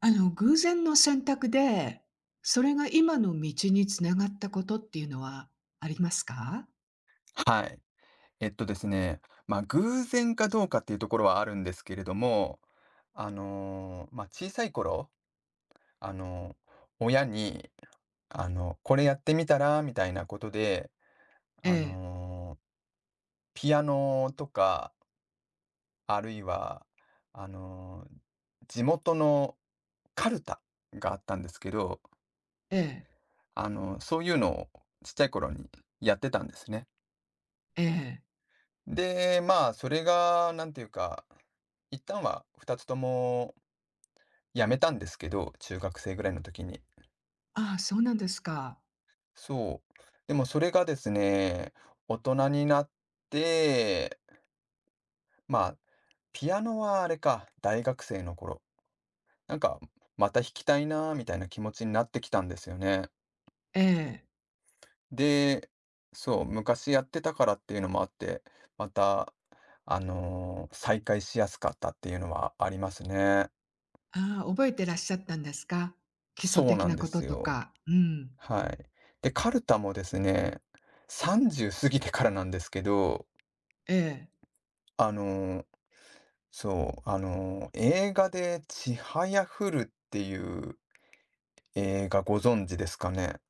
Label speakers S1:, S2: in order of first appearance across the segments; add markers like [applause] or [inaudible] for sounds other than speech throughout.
S1: あの、偶然の選択で、それが今の道に繋がったことっていうのはありますか？
S2: はい。えっとですね、偶然かどうかっていうところはあるんですけれども、小さい頃、あの、親に、これやってみたらみたいなことで、
S1: え
S2: あ
S1: え、
S2: の、ピアノとか、あるいは、あの、地元のカルタがあったんですけど、
S1: ええ、
S2: そういうのをちっちゃい頃にやってたんですね。
S1: ええ。
S2: で、まあ、それがなんていうか、一旦は2つともやめたんですけど、中学生ぐらいの時に。
S1: ああ、そうなんですか。
S2: そう。でもそれがですね、大人になって、まあ、ピアノはあれか、大学生の頃。なんか、また弾きたいなーみたいな気持ちになってきたんですよね。
S1: ええ。
S2: で、そう、昔やってたからっていうのもあって、また、再開しやすかったっていうのはありますね。
S1: ああ、覚えてらっしゃったんですか？基礎
S2: そう
S1: 的
S2: なん
S1: な
S2: で
S1: こと
S2: す
S1: と
S2: よ。
S1: か。うん。
S2: はい。で、カルタもですね、30過ぎてからなんですけど、
S1: ええ。
S2: あの、そう、映画でちはやふるっていう映画ご存知ですかね。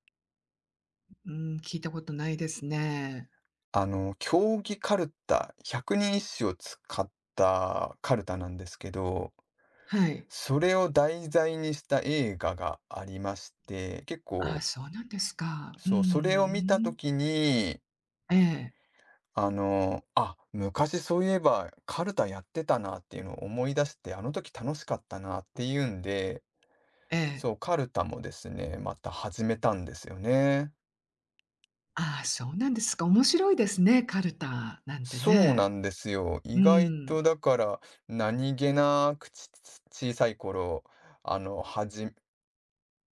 S1: うん、聞いたことないですね。
S2: 競技カルタ、百人一首を使ったカルタなんですけど、
S1: はい。
S2: それを題材にした映画がありまして、結
S1: ああ、
S2: 構、
S1: そうなんですか。う
S2: そう、それを見たと
S1: ん。
S2: きに、
S1: ええ、
S2: あ、昔そういえばカルタやってたなっていうのを思い出して、あの時楽しかったなっていうんで、
S1: ええ。
S2: そう、カルタもですね、また始めたんですよね。
S1: ああ、そうなんですか。面白いですね、カルタなんて
S2: そうな
S1: ね。
S2: んですよ。
S1: う
S2: 意
S1: ー
S2: 外
S1: ん。
S2: とだから、何気なくち小さい頃、あの、はじ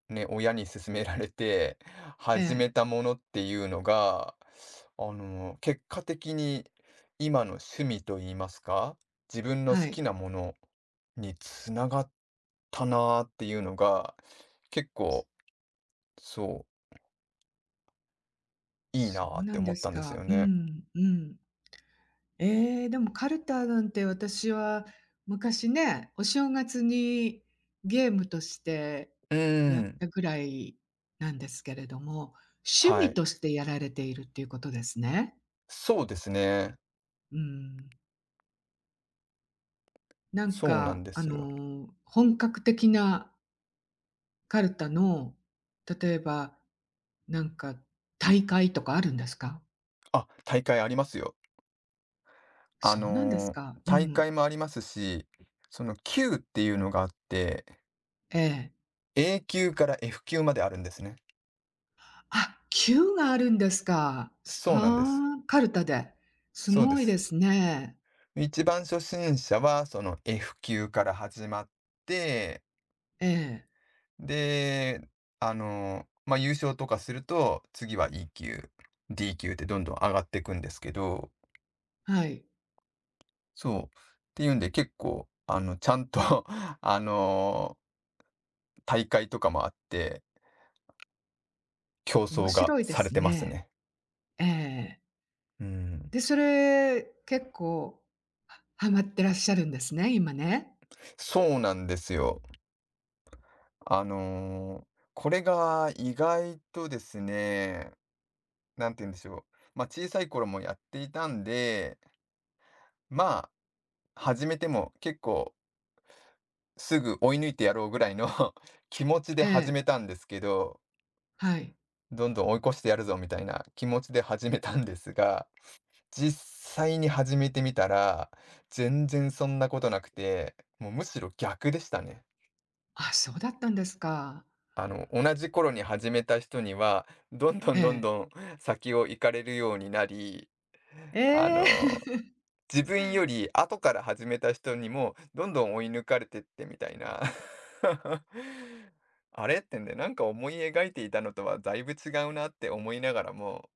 S2: ね、親に勧められて
S1: え
S2: 始め
S1: え、
S2: たものっていうのが、結果的に今の趣味と言いますか、自分の好
S1: は
S2: き
S1: い。
S2: なものに繋がったなーっていうのが、結構、そう、いい
S1: そ
S2: なー
S1: う
S2: っ
S1: な
S2: て
S1: ん
S2: 思
S1: で
S2: っ
S1: す
S2: たんですよ
S1: か。う
S2: ね。
S1: ん、うん。ええ、でもカルタなんて私は昔ね、お正月にゲームとして
S2: うー
S1: やっ
S2: ん。
S1: たぐらいなんですけれども、趣
S2: は
S1: 味
S2: い。
S1: としてやられているっていうことですね。
S2: そうですね。
S1: うん。なん
S2: そうなん
S1: か
S2: で
S1: あ
S2: すよ。
S1: の、本格的なカルタの、例えばなんか大会とかあるんですか？
S2: あ、大会ありますよ。あ
S1: そうなんです
S2: の、
S1: か。う
S2: 大
S1: ん。
S2: 会もありますし、その級っていうのがあって、
S1: ええ。
S2: A 級から F 級まであるんですね。
S1: あ、9があるんですか。す
S2: そうなんです。
S1: ああ、カルタで。す
S2: そうで
S1: ごい
S2: す。
S1: ですね。
S2: 一番初心者はその F 級から始まって、
S1: ええ、
S2: で、まあ、優勝とかすると、次は E 級、D 級ってどんどん上がっていくんですけど、
S1: はい。
S2: そう。っていうんで結構、ちゃんと [laughs] あの、大会とかもあって、競
S1: 面
S2: 争が
S1: 白いで
S2: され
S1: す
S2: てます
S1: ね。
S2: ね。
S1: ええ。
S2: うん。
S1: で、それ、結構、はハマってらっしゃるんですね、今ね。
S2: そうなんですよ。あの、これが意外とですね、なんて言うんでしょう。まあ、小さい頃もやっていたんで、まあ、始めても結構すぐ追い抜いてやろうぐらいの [laughs] 気持ちで
S1: え
S2: 始
S1: え、
S2: めたんですけど、
S1: はい。
S2: どんどん追い越してやるぞみたいな気持ちで始めたんですが、実際に始めてみたら、全然そんなことなくて、もうむしろ逆でしたね。
S1: あ、そうだったんですか。
S2: 同じ頃に始めた人には、どんど
S1: え
S2: んどん
S1: え。
S2: どん [laughs] 先を行かれるようになり、あ
S1: ええ。
S2: の、
S1: [laughs]
S2: 自分より後から始めた人にも、どんどん追い抜かれてってみたいな。[laughs] あれってんで、なんか思い描いていたのとはだいぶ違うなって思いながらも、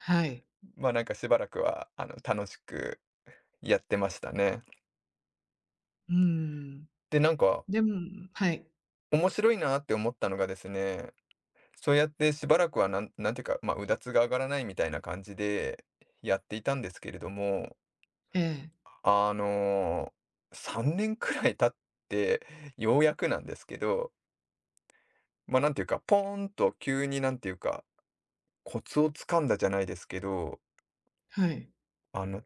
S1: はい。
S2: なんかしばらくは、楽しくやってましたね。
S1: うーん。
S2: で、なんか
S1: でもはい。
S2: 面白いなって思ったのがですね、そうやってしばらくはなんていうか、まあ、うだつが上がらないみたいな感じでやっていたんですけれども、
S1: ええ、
S2: あの3年くらい経ってようやくなんですけど、なんていうか、ポーンと急になんていうか、コツをつかんだじゃないですけど、
S1: はい。
S2: あの、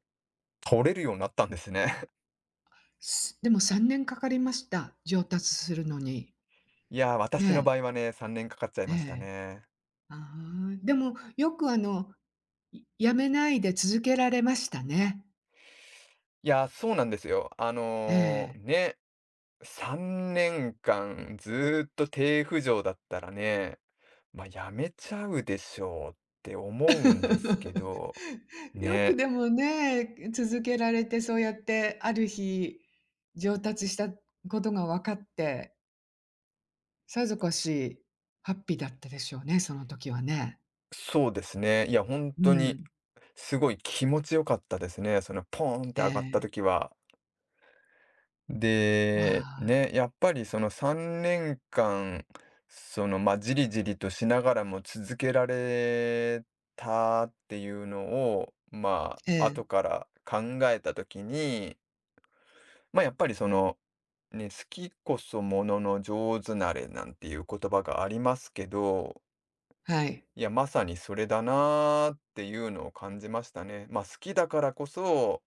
S2: 取れるようになったんですね。[laughs]
S1: すでも3年かかりました。上達するのに。
S2: いやー、私の場
S1: ね、
S2: 合はね、3年かかっちゃい
S1: え
S2: ました
S1: え。
S2: ね。
S1: ああ、でも、よくあの、い辞めないで続けられましたね。
S2: いやー、そうなんですよ。
S1: ええ。
S2: ね、3年間ずーっと低浮上だったらね、やめちゃうでしょうって思うんですけど、
S1: [laughs] よく
S2: ね、
S1: でもね、続けられて、そうやってある日、上達したことが分かって、さぞかしハッピーだったでしょうね、その時はね。
S2: そうですね。いや、本
S1: う
S2: 当に
S1: ん。
S2: すごい気持ち良かったですね。そのポーンって
S1: え
S2: 上がった時
S1: え。
S2: は。
S1: わ
S2: で、
S1: あ。
S2: ね、やっぱりその3年間、その、まあ、じりじりとしながらも続けられたっていうのを、ま
S1: え
S2: あ、
S1: え、
S2: 後から考えた時に、やっぱりその、ね、好きこそものの上手なれなんていう言葉がありますけど、
S1: はい。
S2: いや、まさにそれだなーっていうのを感じましたね。好きだからこそ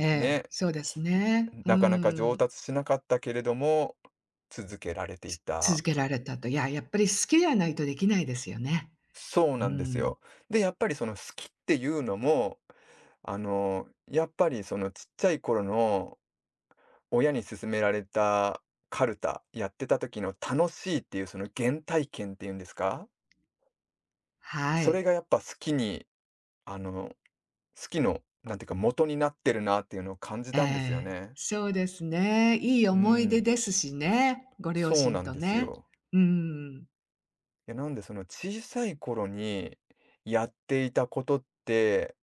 S1: ええ、
S2: ね、
S1: そうですね。う
S2: なかなか上
S1: ん。
S2: 達しなかったけれども、続けられてい
S1: 続
S2: た。
S1: けられたと。いや、やっぱり好きじゃないとできないですよね。
S2: そう
S1: う
S2: なんです
S1: ん。
S2: よ。で、やっぱりその好きっていうのも、やっぱりそのちっちゃい頃の親に勧められたカルタ、やってた時の楽しいっていうその原体験っていうんですか、
S1: は
S2: それ
S1: い。
S2: がやっぱ好きに、あの、好きの、なんていうか元になってるなっていうのを感じ
S1: え
S2: たんですよ
S1: え。
S2: ね。
S1: そうですね。いい
S2: う
S1: 思い出
S2: ん、
S1: ですしね、ご両
S2: そう
S1: 親
S2: なん
S1: と
S2: です
S1: ね。
S2: よ。
S1: うーん。
S2: や、なんでその小さい頃にやっていたことって、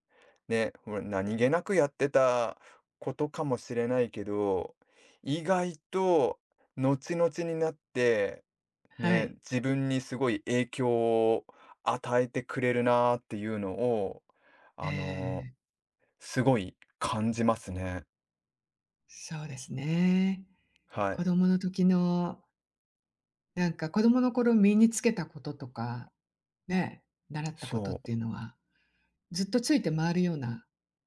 S2: ね、ほら何気なくやってたことかもしれないけど、意外と後々になって、
S1: は
S2: ね、
S1: い。
S2: 自分にすごい影響を与えてくれるなっていうのを、
S1: え
S2: あの、
S1: え、
S2: すごい感じますね。
S1: そうですね。
S2: は
S1: 子
S2: い。
S1: 供の時の、なんか子供の頃身につけたこととか、ね、習ったことっ
S2: そう。
S1: ていうのは、ずっとついて回るような、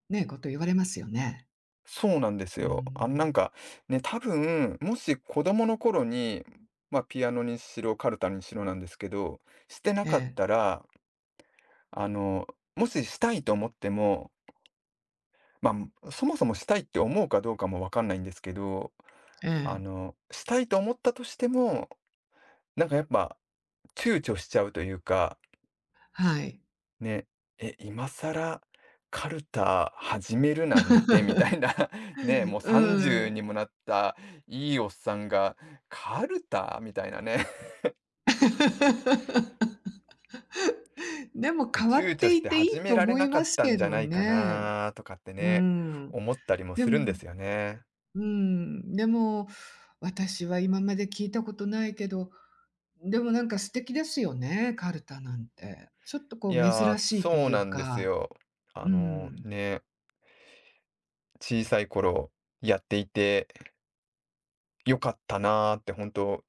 S1: ね、こと言われますよね。
S2: そうなんです
S1: うー
S2: よ。あ、なん
S1: ん。
S2: か、ね、多分、もし子供の頃に、まあ、ピアノにしろ、カルタにしろなんですけど、してな
S1: え
S2: かっ
S1: え、
S2: たら、あの、もししたいと思っても、まあ、そもそもしたいって思うかどうかもわかんないんですけど、
S1: ええ、
S2: したいと思ったとしても、なんかやっぱ躊躇しちゃうというか
S1: はい。
S2: ね、え、今更カルタ始めるなんてみたいな [laughs]、ね、もう
S1: [laughs] うー
S2: 30
S1: ん。
S2: にもなったいいおっさんが、カルタ？みたいなね。
S1: [laughs] [laughs] でも
S2: [laughs] で、
S1: 変わ
S2: 躊
S1: っ
S2: 躇
S1: て
S2: し
S1: い
S2: て
S1: てい
S2: 始
S1: い
S2: め
S1: と
S2: られ
S1: 思
S2: な
S1: い
S2: か
S1: ま
S2: っ
S1: す
S2: たん
S1: け
S2: じゃ
S1: ど
S2: ないか
S1: ね。
S2: なとかって
S1: う
S2: ね、
S1: ん。
S2: 思ったりも
S1: で
S2: するんで
S1: も
S2: すよね。
S1: うん、でも、私は今まで聞いたことないけど、でもなんか素敵ですよね、カルタなんて。ちょっとこ
S2: い
S1: う
S2: やー、
S1: 珍しいと
S2: そう
S1: いう
S2: なんです
S1: か、
S2: よ。
S1: うん、
S2: ね、小さい頃やっていて良かったなーって本当、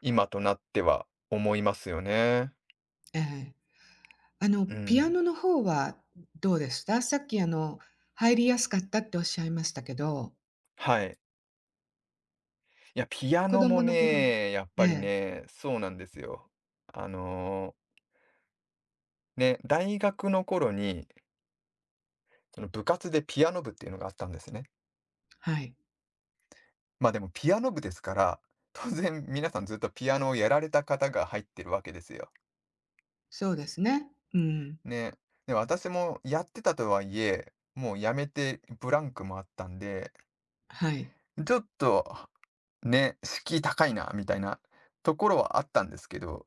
S2: 今となっては思いますよね。
S1: ええ。あの、
S2: う
S1: ピア
S2: ん。
S1: ノの方はどうでした？さっきあの、入りやすかったっておっしゃいましたけど、
S2: はい。いや、ピア
S1: 子
S2: ノも
S1: 供の頃
S2: ね、やっ
S1: え
S2: ぱり
S1: え、
S2: ね、そうなんですよ。あの、ね、大学の頃に、その部活でピアノ部っていうのがあったんですね。
S1: はい、
S2: まあでもピアノ部ですから、当然皆さんずっとピアノをやられた方が入ってるわけですよ。
S1: そうですね。うん、
S2: ね。で、私もやってたとはいえ、もうやめてブランクもあったんで、
S1: はい。
S2: ちょっとね、敷居高いな、みたいなところはあったんですけど、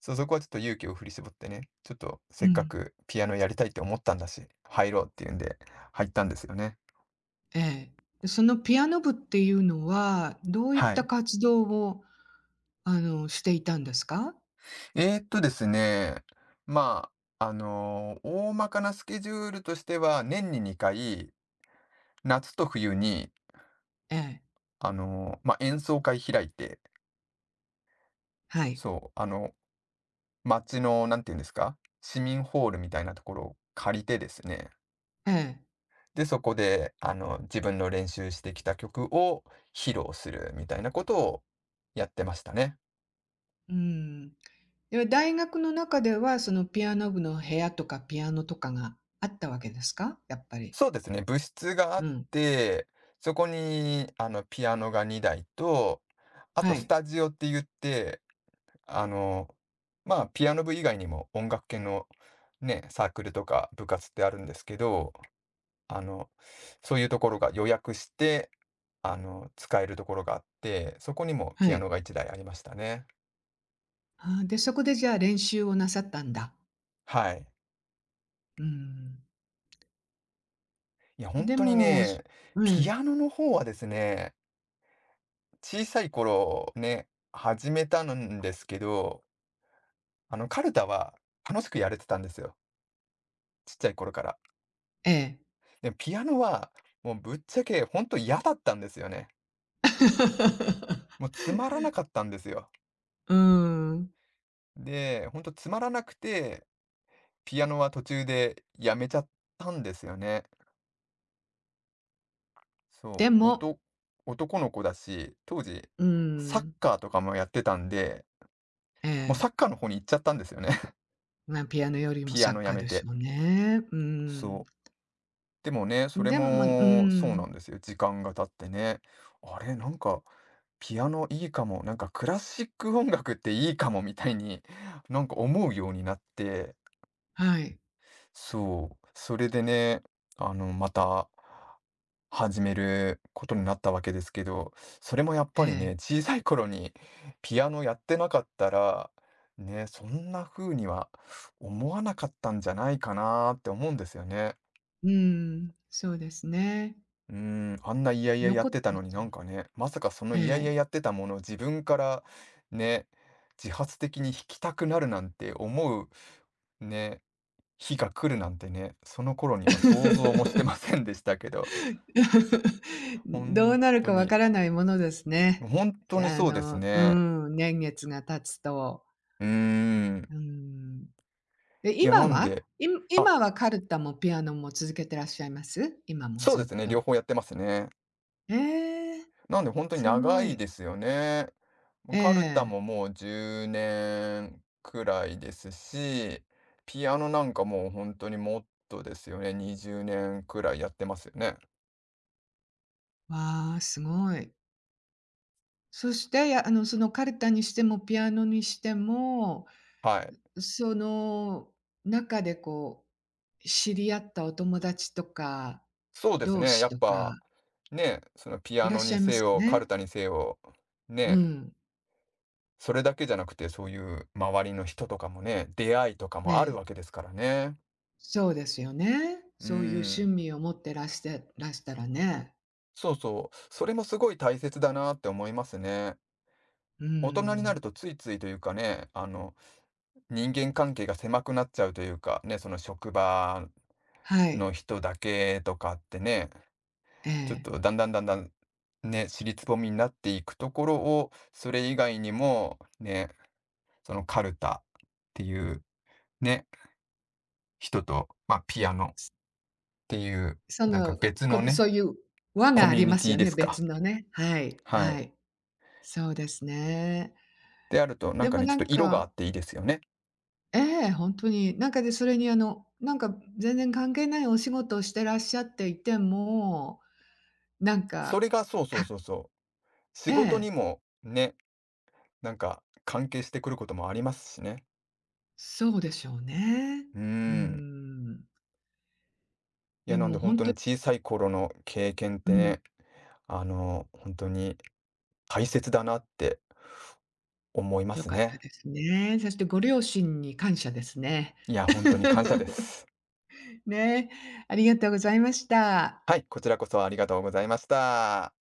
S2: そう、そこはちょっと勇気を振り絞ってね、ちょっと
S1: う
S2: せっか
S1: ん。
S2: くピアノやりたいって思ったんだし、入ろうっていうんで、入ったんですよね。
S1: ええ。で、そのピアノ部っていうのは、どういっ
S2: は
S1: た
S2: い。
S1: 活動を、あの、していたんですか？
S2: ですね、まあ、大まかなスケジュールとしては、年に2回、夏と冬に、
S1: ええ、
S2: まあ、演奏会開いて、
S1: はい。
S2: そう、街の、なんていうんですか、市民ホールみたいなところを借りてですね、
S1: ええ、
S2: で、そこで、自分の練習してきた曲を披露するみたいなことをやってましたね。
S1: うん。では、大学の中では、そのピアノ部の部屋とかピアノとかがあったわけですか？やっぱり。
S2: そうですね、部室があ
S1: う
S2: っ
S1: ん。
S2: て、そこに、ピアノが2台と、あと
S1: は
S2: ス
S1: い。
S2: タジオって言って、あの、まあ、ピアノ部以外にも音楽系のね、サークルとか部活ってあるんですけど、あの、そういうところが予約して、使えるところがあって、そこにも
S1: は
S2: ピア
S1: い。
S2: ノが1台ありましたね。
S1: あーで、そこでじゃあ練習をなさったんだ。
S2: はい。
S1: うん。
S2: いや、本
S1: で
S2: 当に
S1: も、そ
S2: ね、
S1: う
S2: ピ
S1: ん、
S2: アノの方はですね、小さい頃ね、始めたんですけど、カルタは楽しくやれてたんですよ、ちっちゃい頃から。
S1: ええ。
S2: でも、ピアノは、もうぶっちゃけ本当嫌だったんですよね。
S1: [laughs]
S2: もうつまらなかったんですよ。
S1: うん。
S2: で、本当つまらなくて、ピアノは途中でやめちゃったんですよね。
S1: で
S2: そう、お
S1: も
S2: と男の子だし、当時、
S1: う
S2: サッ
S1: ん、
S2: カーとかもやってたんで、
S1: え
S2: もうサ
S1: え。
S2: ッカーの方に行っちゃったんですよね。
S1: まあ、ピアノよりも
S2: ピ
S1: サ
S2: アノ
S1: ッ
S2: や
S1: カー
S2: め
S1: でし
S2: て。
S1: ょうね。うん。
S2: そう。でもね、それ
S1: でも、ま、う
S2: もそうな
S1: ん、
S2: んですよ。時間が経ってね。あれ、なんか、ピアノいいかも、なんかクラシック音楽っていいかもみたいに、なんか思うようになって、
S1: はい、
S2: そう、それでね、また始めることになったわけですけど、それもやっ
S1: え
S2: ぱり
S1: え、
S2: ね、小さい頃にピアノやってなかったら、ね、そんな風には思わなかったんじゃないかなって思うんですよね。
S1: うん、そうですね。
S2: うーん、あんないやいややっ
S1: 残って
S2: てた
S1: い
S2: の
S1: っ
S2: に
S1: て
S2: な
S1: も
S2: んかね、まさかその
S1: え
S2: いやいや
S1: え。
S2: やってたものを自分からね、自発的に弾きたくなるなんて思うね、日が来るなんてね、その頃には想像もしてませんでしたけど、
S1: [laughs]
S2: ほ
S1: どう
S2: ん
S1: なる
S2: と
S1: かわ
S2: に、
S1: からないものですね。
S2: 本当に
S1: あ
S2: そうです
S1: の、う
S2: ね。
S1: ん、年月が経つと。
S2: うーん。
S1: うん。で、
S2: いや、
S1: 今
S2: なん
S1: は？
S2: で
S1: い
S2: あ、
S1: 今はカルタもピアノも続けてらっしゃいます？今も
S2: そう
S1: ず
S2: です
S1: っ
S2: ね、両
S1: と。
S2: 方やってますね。
S1: ええ、
S2: なんで本当に
S1: す
S2: 長
S1: ご
S2: い
S1: い。
S2: ですよね。もう
S1: え
S2: カルタも
S1: え。
S2: もう10年くらいですし、ピアノなんかもう本当にもっとですよね、20年くらいやってますよね。
S1: わあ、すごい。そして、やあの、そのカルタにしてもピアノにしても、
S2: はい。
S1: その中でこう、知り合ったお友達とか、
S2: そうです
S1: 同
S2: ね、や
S1: 士
S2: っ
S1: と
S2: ぱ、
S1: か
S2: ね、そのピア
S1: いらっ
S2: ノ
S1: し
S2: に
S1: ゃいま
S2: せ
S1: す
S2: よ、カル
S1: ね。
S2: タにせよ、
S1: う
S2: ね、
S1: ん。
S2: それだけじゃなくて、そういう周りの人とかもね、出会いとか
S1: え
S2: もあるわ
S1: え。
S2: けですからね。
S1: そうですよね。
S2: う
S1: そういう趣
S2: ん。
S1: 味を持ってらしてらしたらね。
S2: そうそう、それもすごい大切だなって思いますね。
S1: うー
S2: 大人になる
S1: ん。
S2: とついついというかね、人間関係が狭くなっちゃうというか、ね、その職場
S1: はい。
S2: の人だけとかってね、
S1: え
S2: ちょっ
S1: え。
S2: とだんだんだんだん、ね、尻つぼみになっていくところを、それ以外にも、ね、そのカルタっていうね、人と、ま、あピアノっていう、
S1: そ
S2: なんか
S1: の、
S2: 別の
S1: こ
S2: ね、
S1: そういう輪
S2: コ
S1: があ
S2: ミュ
S1: り
S2: ニ
S1: ま
S2: テ
S1: す
S2: ィ
S1: よ
S2: で
S1: ね、
S2: すか。
S1: 別のね。はい、
S2: は
S1: は
S2: い。
S1: い。そうですね。
S2: であると、なん
S1: で
S2: か
S1: も
S2: ね、ちょっ
S1: な
S2: と
S1: ん
S2: 色があっ
S1: か
S2: ていいですよね。
S1: ええ、本当に。なんかで、それにあの、なんか全然関係ないお仕事をしてらっしゃっていても、なん
S2: そ
S1: か、
S2: れがそうそう
S1: か
S2: そうそう、仕
S1: え
S2: 事に
S1: え、
S2: もねなんか、関係してくることもありますしね。
S1: そうでしょうね。
S2: うー
S1: うー
S2: ん。
S1: ん。
S2: い
S1: で
S2: や、なんで
S1: も
S2: 本
S1: 本
S2: 当に
S1: 当
S2: 小さい頃の経験っ
S1: う
S2: て
S1: ん、
S2: ね、本当に大切だなって思いま
S1: 良
S2: す
S1: かっ
S2: ね。
S1: たですね。そしてご両親に感謝ですね。
S2: いや、本当に感謝で
S1: [laughs]
S2: す。
S1: ね、ありがとうございました。
S2: はい、こちらこそありがとうございました。